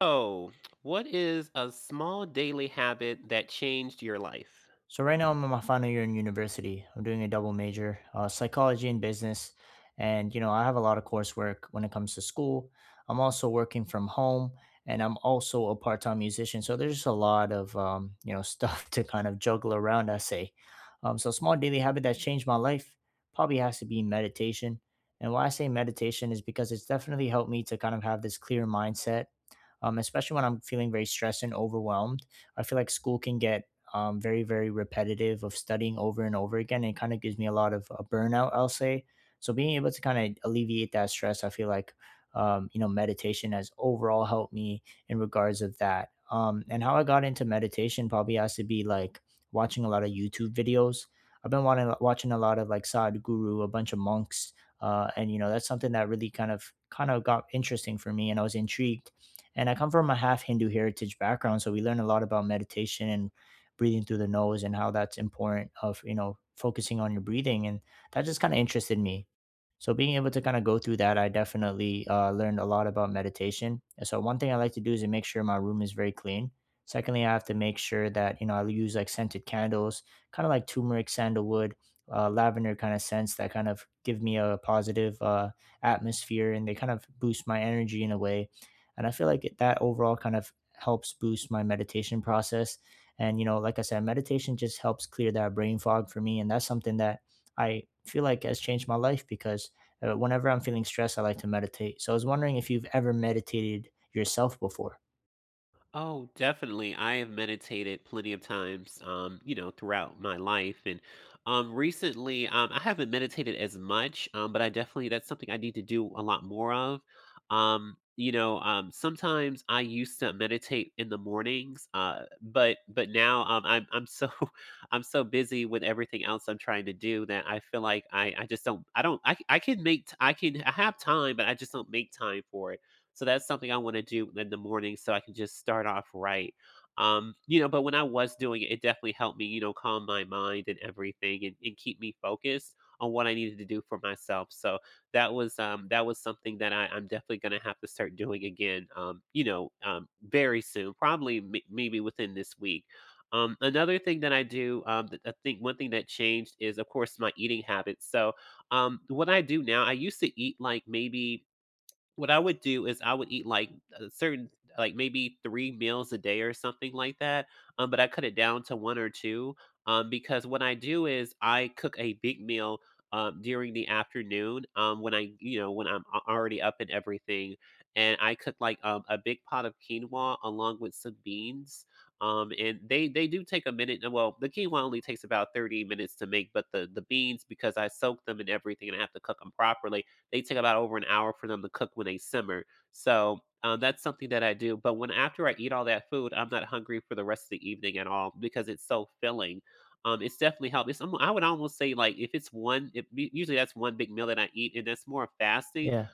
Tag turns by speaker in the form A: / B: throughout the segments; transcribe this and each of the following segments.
A: Oh, what is a small daily habit that changed your life?
B: So right now I'm in my final year in university. I'm doing a double major, psychology and business, and you know I have a lot of coursework when it comes to school. I'm also working from home, and I'm also a part-time musician. So there's just a lot of stuff to kind of juggle around, I say. So small daily habit that changed my life probably has to be meditation. And why I say meditation is because it's definitely helped me to kind of have this clear mindset, especially when I'm feeling very stressed and overwhelmed. I feel like school can get very repetitive of studying over and over again. It kind of gives me a lot of burnout, I'll say. So being able to kind of alleviate that stress, I feel like meditation has overall helped me in regards of that. And how I got into meditation probably has to be like watching a lot of YouTube videos. Watching a lot of like Sadhguru, a bunch of monks, and you know that's something that really kind of got interesting for me and I was intrigued. And I come from a half Hindu heritage background, so we learn a lot about meditation and breathing through the nose and how that's important, of you know focusing on your breathing, and that just kind of interested me. So being able to kind of go through that, I definitely learned a lot about meditation. And so one thing I like to do is to make sure my room is very clean. Secondly, I have to make sure that you know I use like scented candles, kind of like turmeric, sandalwood, lavender kind of scents that kind of give me a positive atmosphere, and they kind of boost my energy in a way. And I feel like that overall kind of helps boost my meditation process. And, you know, like I said, meditation just helps clear that brain fog for me. And that's something that I feel like has changed my life, because whenever I'm feeling stressed, I like to meditate. So I was wondering if you've ever meditated yourself before.
A: Oh, definitely. I have meditated plenty of times, you know, throughout my life. And recently, I haven't meditated as much, but I definitely, that's something I need to do a lot more of. Sometimes I used to meditate in the mornings, but now I'm so I'm so busy with everything else I'm trying to do that I feel like I just don't I Can make I have time, but I just don't make time for it, so that's something I want to do in the morning so I can just start off right. But when I was doing it, it definitely helped me, you know, calm my mind and everything, and keep me focused on what I needed to do for myself. So that was something that I'm definitely gonna have to start doing again. Very soon, probably maybe within this week. Another thing that I do, that I think one thing that changed is, of course, my eating habits. So, what I do now, I used to eat like maybe what I would do is I would eat, like, a certain like, maybe 3 meals a day or something like that, but I cut it down to 1 or 2, because what I do is I cook a big meal, during the afternoon, when I, you know, when I'm a already up and everything, and I cook, like, a big pot of quinoa along with some beans, and they do take a minute. Uh, well, the quinoa only takes about 30 minutes to make, but the beans, because I soak them and everything and I have to cook them properly, they take about over an hour for them to cook when they simmer. So that's something that I do. But when after I eat all that food, I'm not hungry for the rest of the evening at all because it's so filling. It's definitely helped. I would almost say like if, usually that's one big meal that I eat, and that's more fasting.
B: Yeah.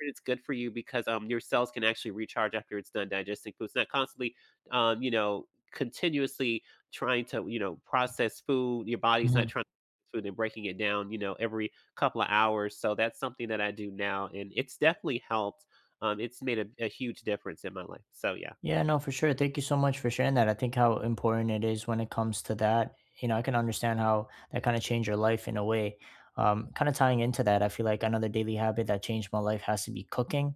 A: It's good for you because your cells can actually recharge after it's done digesting food. It's not constantly um, you know, continuously trying to, you know, process food. Your body's not trying to process food and breaking it down, you know, every couple of hours. So that's something that I do now and it's definitely helped. It's made a huge difference in my life. So yeah.
B: Yeah, no, for sure. Thank you so much for sharing that. I think how important it is when it comes to that. You know, I can understand how that kind of changed your life in a way. Kind of tying into that, I feel like another daily habit that changed my life has to be cooking.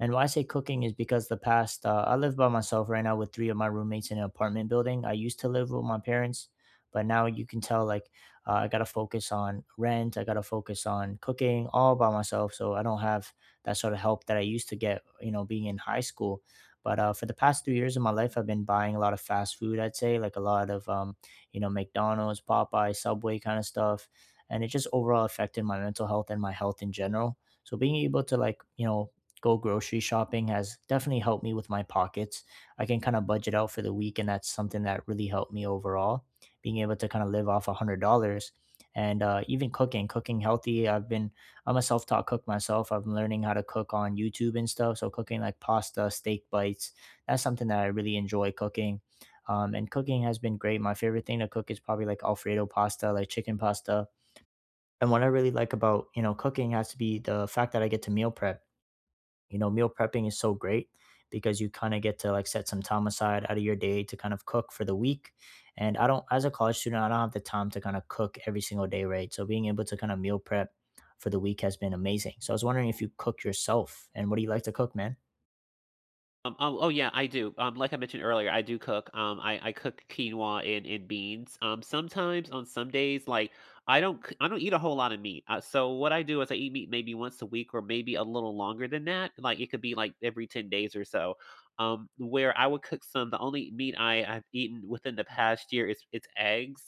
B: And why I say cooking is because the past, I live by myself right now with three of my roommates in an apartment building. I used to live with my parents, but now you can tell like I got to focus on rent, I got to focus on cooking all by myself. So I don't have that sort of help that I used to get, you know, being in high school. But for the past 3 years of my life, I've been buying a lot of fast food. I'd say like a lot of you know McDonald's, Popeye, Subway kind of stuff, and it just overall affected my mental health and my health in general. So being able to like you know go grocery shopping has definitely helped me with my pockets. I can kind of budget out for the week, and that's something that really helped me overall. Being able to kind of live off $100, and even cooking, cooking healthy. I'm a self-taught cook myself. I'm learning how to cook on YouTube and stuff. So cooking like pasta, steak bites, that's something that I really enjoy cooking. And cooking has been great. My favorite thing to cook is probably like Alfredo pasta, like chicken pasta. And what I really like about, you know, cooking has to be the fact that I get to meal prep. You know, meal prepping is so great because you kind of get to like set some time aside out of your day to kind of cook for the week. And I don't, as a college student, I don't have the time to kind of cook every single day, right? So being able to kind of meal prep for the week has been amazing. So I was wondering if you cook yourself and what do you like to cook, man?
A: Oh, oh yeah, I do. Like I mentioned earlier, I do cook. I cook quinoa and beans. Sometimes on some days, like I don't eat a whole lot of meat. So what I do is I eat meat maybe once a week or maybe a little longer than that. Like it could be like every 10 days or so. Where I would cook some. The only meat I've eaten within the past year is it's eggs.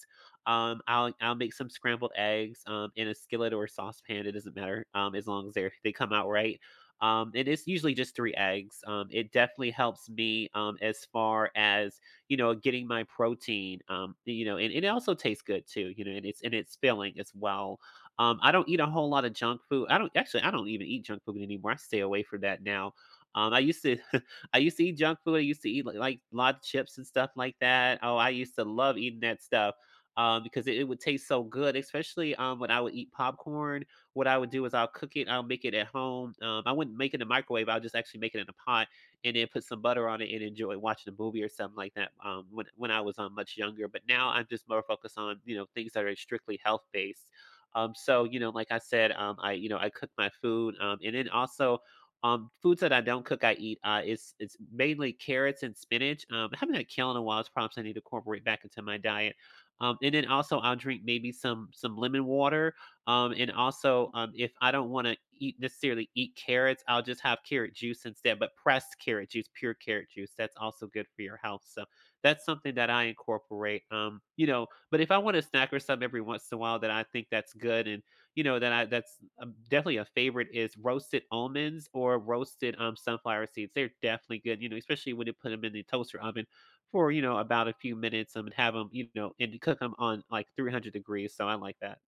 A: I'll make some scrambled eggs in a skillet or a saucepan. It doesn't matter as long as they come out right, and it's usually just 3 eggs. It definitely helps me, as far as, you know, getting my protein. You know, and it also tastes good too. You know, and it's filling as well. I don't eat a whole lot of junk food. I don't actually. I don't even eat junk food anymore. I stay away from that now. I used to, I used to eat junk food. I used to eat like a lot of chips and stuff like that. Oh, I used to love eating that stuff, because it would taste so good, especially when I would eat popcorn. What I would do is I'll cook it. I'll make it at home. I wouldn't make it in the microwave. I'll just actually make it in a pot and then put some butter on it and enjoy watching a movie or something like that. When I was, much younger, but now I'm just more focused on, you know, things that are strictly health based. So you know, like I said, I you know, I cook my food, and then also, foods that I don't cook, I eat. It's mainly carrots and spinach. I haven't had kale in a while. It's perhaps I need to incorporate back into my diet. And then also I'll drink maybe some lemon water, and also, if I don't want to eat, necessarily eat carrots, I'll just have carrot juice instead, but pressed carrot juice, pure carrot juice. That's also good for your health. So that's something that I incorporate. You know, but if I want a snack or something every once in a while that I think that's good, and you know that I that's definitely a favorite is roasted almonds or roasted sunflower seeds. They're definitely good, you know, especially when you put them in the toaster oven for, you know, about a few minutes, and have them, you know, and cook them on like 300 degrees. So I like that.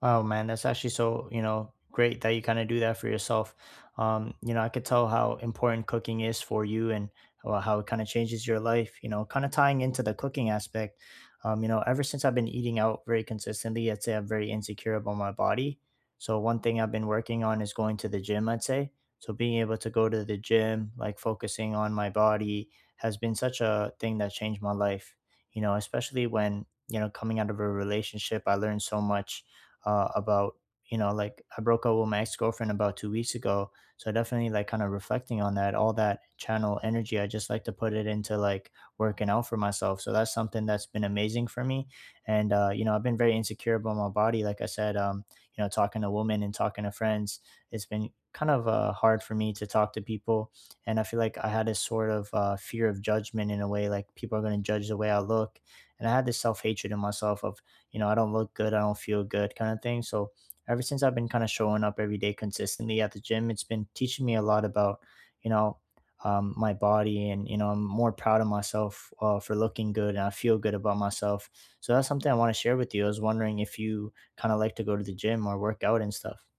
B: Oh man, that's actually so, you know, great that you kind of do that for yourself. You know, I could tell how important cooking is for you and how it kind of changes your life, you know, kind of tying into the cooking aspect. You know, ever since I've been eating out very consistently, I'd say I'm very insecure about my body. So one thing I've been working on is going to the gym, I'd say. So being able to go to the gym, like focusing on my body, has been such a thing that changed my life, you know, especially when, you know, coming out of a relationship, I learned so much about you know like I broke up with my ex-girlfriend about 2 weeks ago. So definitely like kind of reflecting on that, all that channel energy, I just like to put it into like working out for myself. So that's something that's been amazing for me. And you know I've been very insecure about my body, like I said. You know, talking to women and talking to friends, it's been kind of hard for me to talk to people, and I feel like I had this sort of fear of judgment in a way, like people are going to judge the way I look. And I had this self-hatred in myself of you know, I don't look good, I don't feel good kind of thing. So ever since I've been kind of showing up every day consistently at the gym, it's been teaching me a lot about, you know, my body, and you know I'm more proud of myself for looking good, and I feel good about myself. So that's something I want to share with you. I was wondering if you kind of like to go to the gym or work out and stuff.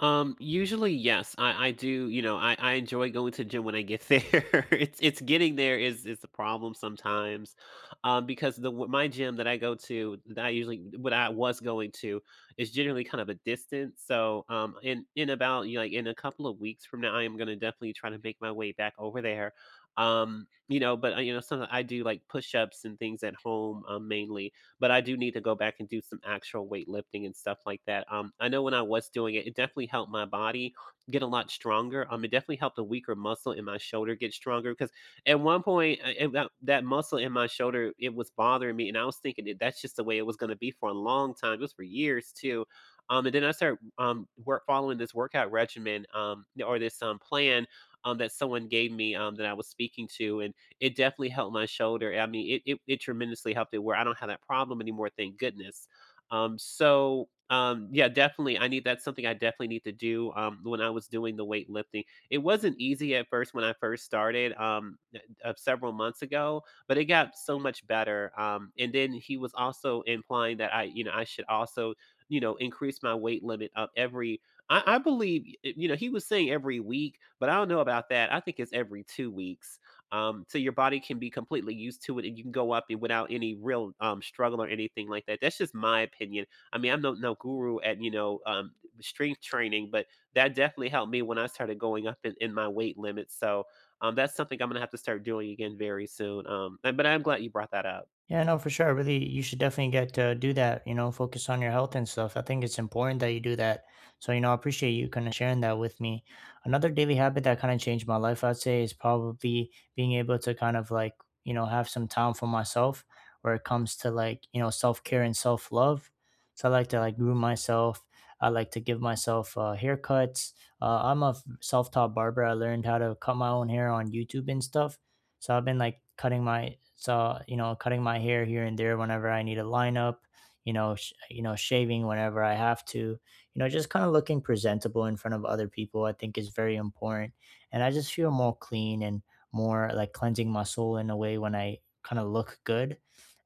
A: Usually, yes, I do. You know, I enjoy going to the gym when I get there. It's getting there is the problem sometimes, because my gym that I go to, that I usually what I was going to is generally kind of a distance. So, in about, you know, like in a couple of weeks from now, I am gonna definitely try to make my way back over there. You know, sometimes I do like push ups and things at home, mainly, but I do need to go back and do some actual weightlifting and stuff like that. I know when I was doing it, it definitely helped my body get a lot stronger. It definitely helped the weaker muscle in my shoulder get stronger because at one point, that muscle in my shoulder it was bothering me, and I was thinking that that's just the way it was going to be for a long time. It was for years too. And then I started work following this workout regimen, or this plan, that someone gave me, that I was speaking to, and it definitely helped my shoulder. I mean, it tremendously helped it where I don't have that problem anymore, thank goodness. Yeah, definitely, I need that's something I definitely need to do. When I was doing the weightlifting, it wasn't easy at first when I first started. Several months ago, but it got so much better. And then he was also implying that I, you know, I should also, you know, increase my weight limit up every, I believe, you know, he was saying every week, but I don't know about that, I think it's every 2 weeks. So your body can be completely used to it, and you can go up and without any real, struggle or anything like that. That's just my opinion. I mean, I'm no guru at, you know, strength training, but that definitely helped me when I started going up in my weight limit. So that's something I'm gonna have to start doing again very soon. But I'm glad you brought that up.
B: Yeah, no, for sure. Really, you should definitely get to do that, you know, focus on your health and stuff. I think it's important that you do that. So, you know, I appreciate you kind of sharing that with me. Another daily habit that kind of changed my life, I'd say, is probably being able to kind of like, you know, have some time for myself where it comes to like, you know, self care and self love. So, I like to like groom myself. I like to give myself haircuts. I'm a self taught barber. I learned how to cut my own hair on YouTube and stuff. So I've been like cutting my so you know cutting my hair here and there whenever I need a lineup, you know, you know shaving whenever I have to, you know, just kind of looking presentable in front of other people, I think is very important. And I just feel more clean and more like cleansing my soul in a way when I kind of look good.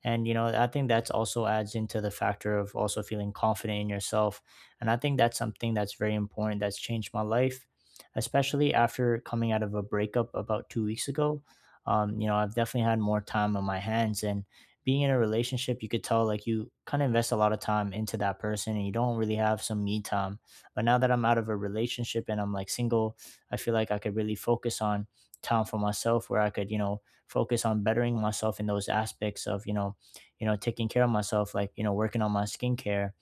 B: And you know, I think that's also adds into the factor of also feeling confident in yourself. And I think that's something that's very important that's changed my life, especially after coming out of a breakup about 2 weeks ago. You know, I've definitely had more time on my hands. And being in a relationship, you could tell like you kind of invest a lot of time into that person and you don't really have some me time. But now that I'm out of a relationship and I'm like single, I feel like I could really focus on time for myself where I could, you know, focus on bettering myself in those aspects of, you know, taking care of myself, like, you know, working on my skincare.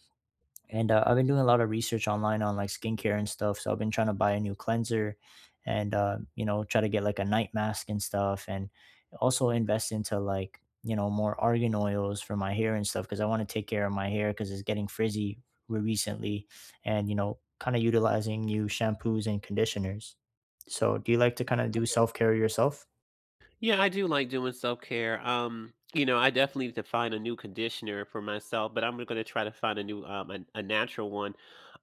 B: And I've been doing a lot of research online on like skincare and stuff. So I've been trying to buy a new cleanser, and you know, try to get like a night mask and stuff, and also invest into like you know more argan oils for my hair and stuff because I want to take care of my hair because it's getting frizzy recently, and you know, kind of utilizing new shampoos and conditioners. So, do you like to kind of do self care yourself?
A: Yeah, I do like doing self care. You know, I definitely need to find a new conditioner for myself, but I'm going to try to find a new, a natural one.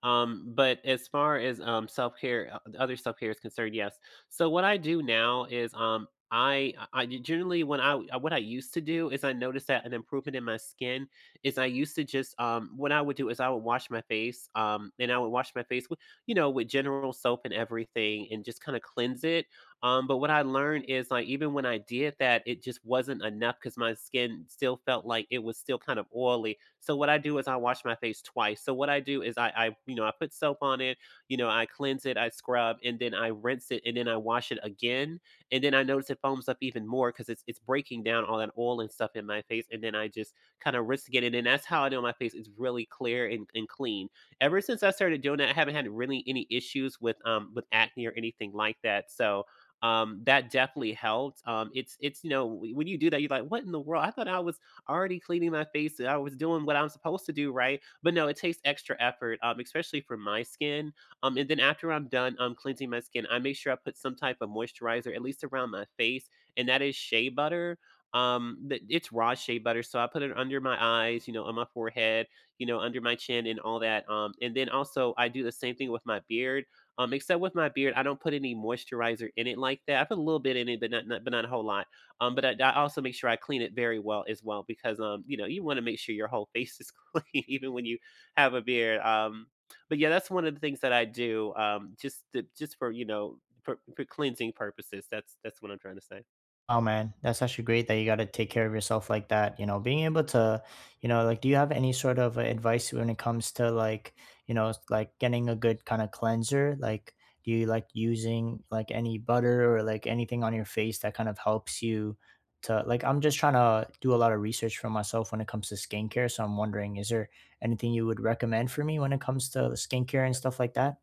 A: But as far as self care, other self care is concerned, yes. So what I do now is I generally when I what I used to do is I noticed that an improvement in my skin is I used to just, what I would do is I would wash my face, and I would wash my face with, you know, with general soap and everything and just kind of cleanse it, but what I learned is like even when I did that, it just wasn't enough because my skin still felt like it was still kind of oily. So what I do is I wash my face twice. So what I do is I, you know, I put soap on it, you know, I cleanse it, I scrub, and then I rinse it, and then I wash it again, and then I notice it foams up even more because it's breaking down all that oil and stuff in my face, and then I just kind of rinse again, and then that's how I know my face is really clear and clean. Ever since I started doing that, I haven't had really any issues with acne or anything like that. So that definitely helped. It's You know, when you do that, you're like, what in the world? I thought I was already cleaning my face, and I was doing what I'm supposed to do, right? But no, it takes extra effort, especially for my skin. And then after I'm done, cleansing my skin, I make sure I put some type of moisturizer, at least around my face, and that is shea butter. It's raw shea butter, so I put it under my eyes, you know, on my forehead, you know, under my chin, and all that. And then also I do the same thing with my beard. Except with my beard, I don't put any moisturizer in it like that. I put a little bit in it, but not, but not a whole lot. I also make sure I clean it very well as well because, you know, you want to make sure your whole face is clean even when you have a beard. But yeah, that's one of the things that I do. Just for, you know, for cleansing purposes. That's what I'm trying to say.
B: Oh man, that's actually great that you got to take care of yourself like that. You know, being able to, you know, like, do you have any sort of advice when it comes to like, you know, like getting a good kind of cleanser? Like, do you like using like any butter or like anything on your face that kind of helps you to like? I'm just trying to do a lot of research for myself when it comes to skincare. So I'm wondering, is there anything you would recommend for me when it comes to skincare and stuff like that?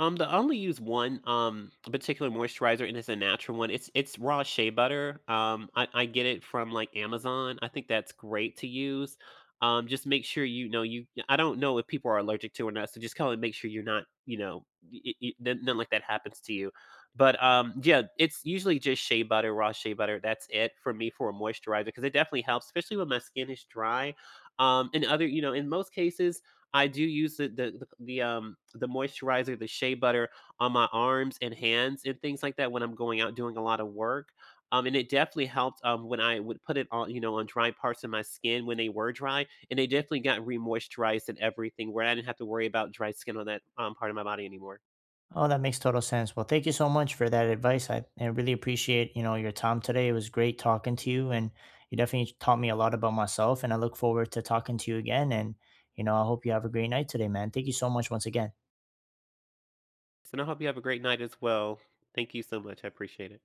A: The I only use one, particular moisturizer, and it's a natural one. It's raw shea butter. I get it from like Amazon. I think that's great to use. Just make sure you know you. I don't know if people are allergic to it or not, so just kind of make sure you're not. You know, nothing like that happens to you. But yeah, it's usually just shea butter, raw shea butter. That's it for me for a moisturizer because it definitely helps, especially when my skin is dry. And other, you know, in most cases I do use the moisturizer, the shea butter on my arms and hands and things like that when I'm going out doing a lot of work. And it definitely helped, when I would put it on, you know, on dry parts of my skin when they were dry, and they definitely got re-moisturized and everything, where I didn't have to worry about dry skin on that part of my body anymore.
B: Oh, that makes total sense. Well, thank you so much for that advice. I really appreciate, you know, your time today. It was great talking to you, and you definitely taught me a lot about myself, and I look forward to talking to you again. And you know, I hope you have a great night today, man. Thank you so much once again.
A: So, and I hope you have a great night as well. Thank you so much. I appreciate it.